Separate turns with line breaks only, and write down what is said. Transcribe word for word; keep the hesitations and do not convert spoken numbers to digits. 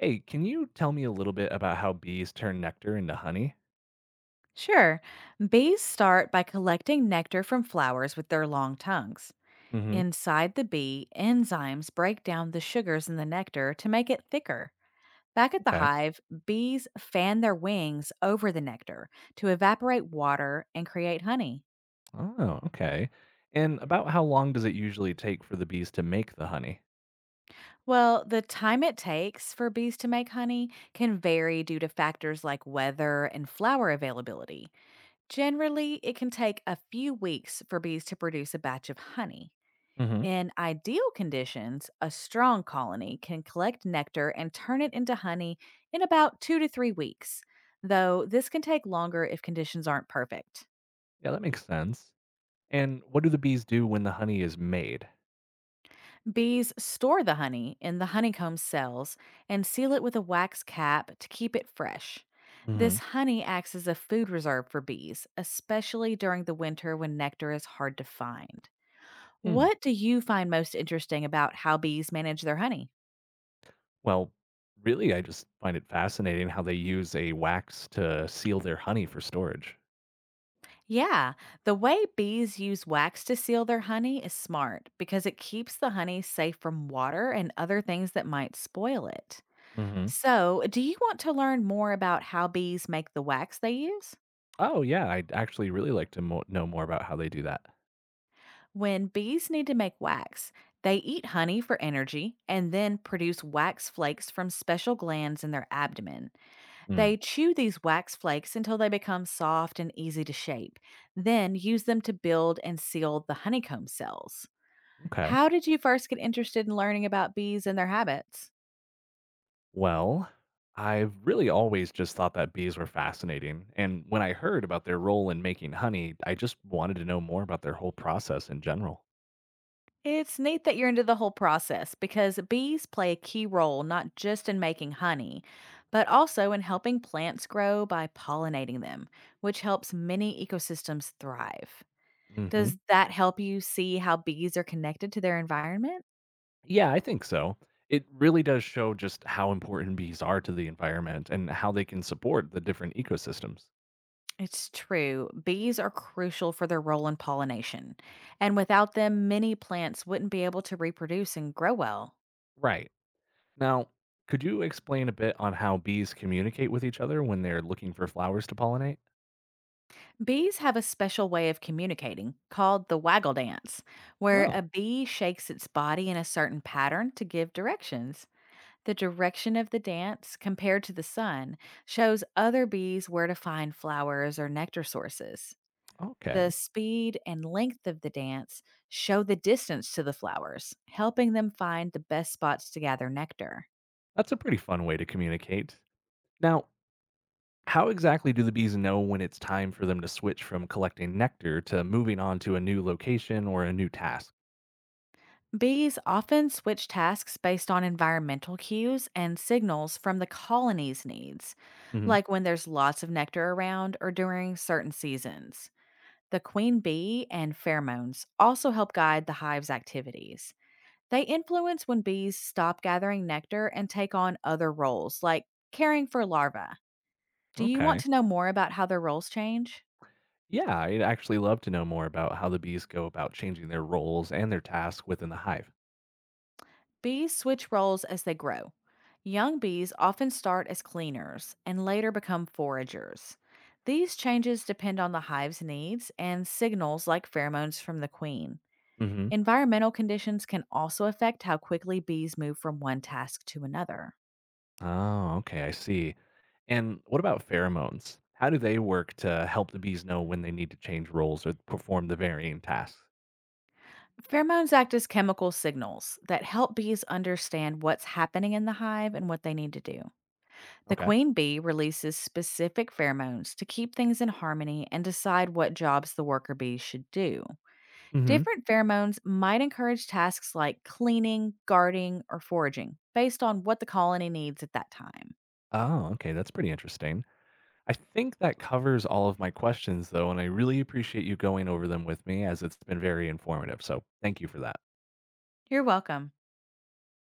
Hey, can you tell me a little bit about how bees turn nectar into honey?
Sure. Bees start by collecting nectar from flowers with their long tongues.
Hmm.
Inside the bee, enzymes break down the sugars in the nectar to make it thicker. Back at the
Okay.
hive, bees fan their wings over the nectar to evaporate water and create honey.
Oh, okay. And about how long does it usually take for the bees to make the honey?
Well, the time it takes for bees to make honey can vary due to factors like weather and flower availability. Generally, it can take a few weeks for bees to produce a batch of honey.
Hmm.
In ideal conditions, a strong colony can collect nectar and turn it into honey in about two to three weeks, though this can take longer if conditions aren't perfect.
Yeah, that makes sense. And what do the bees do when the honey is made?
Bees store the honey in the honeycomb cells and seal it with a wax cap to keep it fresh.
Hmm.
This honey acts as a food reserve for bees, especially during the winter when nectar is hard to find.
Hmm.
What do you find most interesting about how bees manage their honey?
Well, really, I just find it fascinating how they use a wax to seal their honey for storage.
Yeah, the way bees use wax to seal their honey is smart because it keeps the honey safe from water and other things that might spoil it.
Hmm.
So, do you want to learn more about how bees make the wax they use?
Oh, yeah, I'd actually really like to mo- know more about how they do that.
When bees need to make wax, they eat honey for energy and then produce wax flakes from special glands in their abdomen.
Mm.
They chew these wax flakes until they become soft and easy to shape, then use them to build and seal the honeycomb cells.
Okay.
How did you first get interested in learning about bees and their habits?
Well, I've really always just thought that bees were fascinating. And when I heard about their role in making honey, I just wanted to know more about their whole process in general.
It's neat that you're into the whole process because bees play a key role not just in making honey, but also in helping plants grow by pollinating them, which helps many ecosystems thrive.
Hmm.
Does that help you see how bees are connected to their environment?
Yeah, I think so. It really does show just how important bees are to the environment and how they can support the different ecosystems.
It's true. Bees are crucial for their role in pollination, and without them, many plants wouldn't be able to reproduce and grow well.
Right. Now, could you explain a bit on how bees communicate with each other when they're looking for flowers to pollinate?
Bees have a special way of communicating called the waggle dance, where
Oh,
a bee shakes its body in a certain pattern to give directions. The direction of the dance, compared to the sun, shows other bees where to find flowers or nectar sources. The
okay.
speed and length of the dance show the distance to the flowers, helping them find the best spots to gather nectar.
That's a pretty fun way to communicate. Now, how exactly do the bees know when it's time for them to switch from collecting nectar to moving on to a new location or a new task?
Bees often switch tasks based on environmental cues and signals from the colony's needs,
Hmm.
like when there's lots of nectar around or during certain seasons. The queen bee and pheromones also help guide the hive's activities. They influence when bees stop gathering nectar and take on other roles, like caring for larvae. Do you want
Okay.
to know more about how their roles change?
Yeah, I'd actually love to know more about how the bees go about changing their roles and their tasks within the hive.
Bees switch roles as they grow. Young bees often start as cleaners and later become foragers. These changes depend on the hive's needs and signals like pheromones from the queen.
Hmm.
Environmental conditions can also affect how quickly bees move from one task to another.
Oh, okay, I see. And what about pheromones? How do they work to help the bees know when they need to change roles or perform the varying tasks?
Pheromones act as chemical signals that help bees understand what's happening in the hive and what they need to do. The
Okay.
queen bee releases specific pheromones to keep things in harmony and decide what jobs the worker bees should do.
Hmm.
Different pheromones might encourage tasks like cleaning, guarding, or foraging based on what the colony needs at that time.
Oh, okay, that's pretty interesting. I think that covers all of my questions, though, and I really appreciate you going over them with me as it's been very informative. So thank you for that.
You're welcome.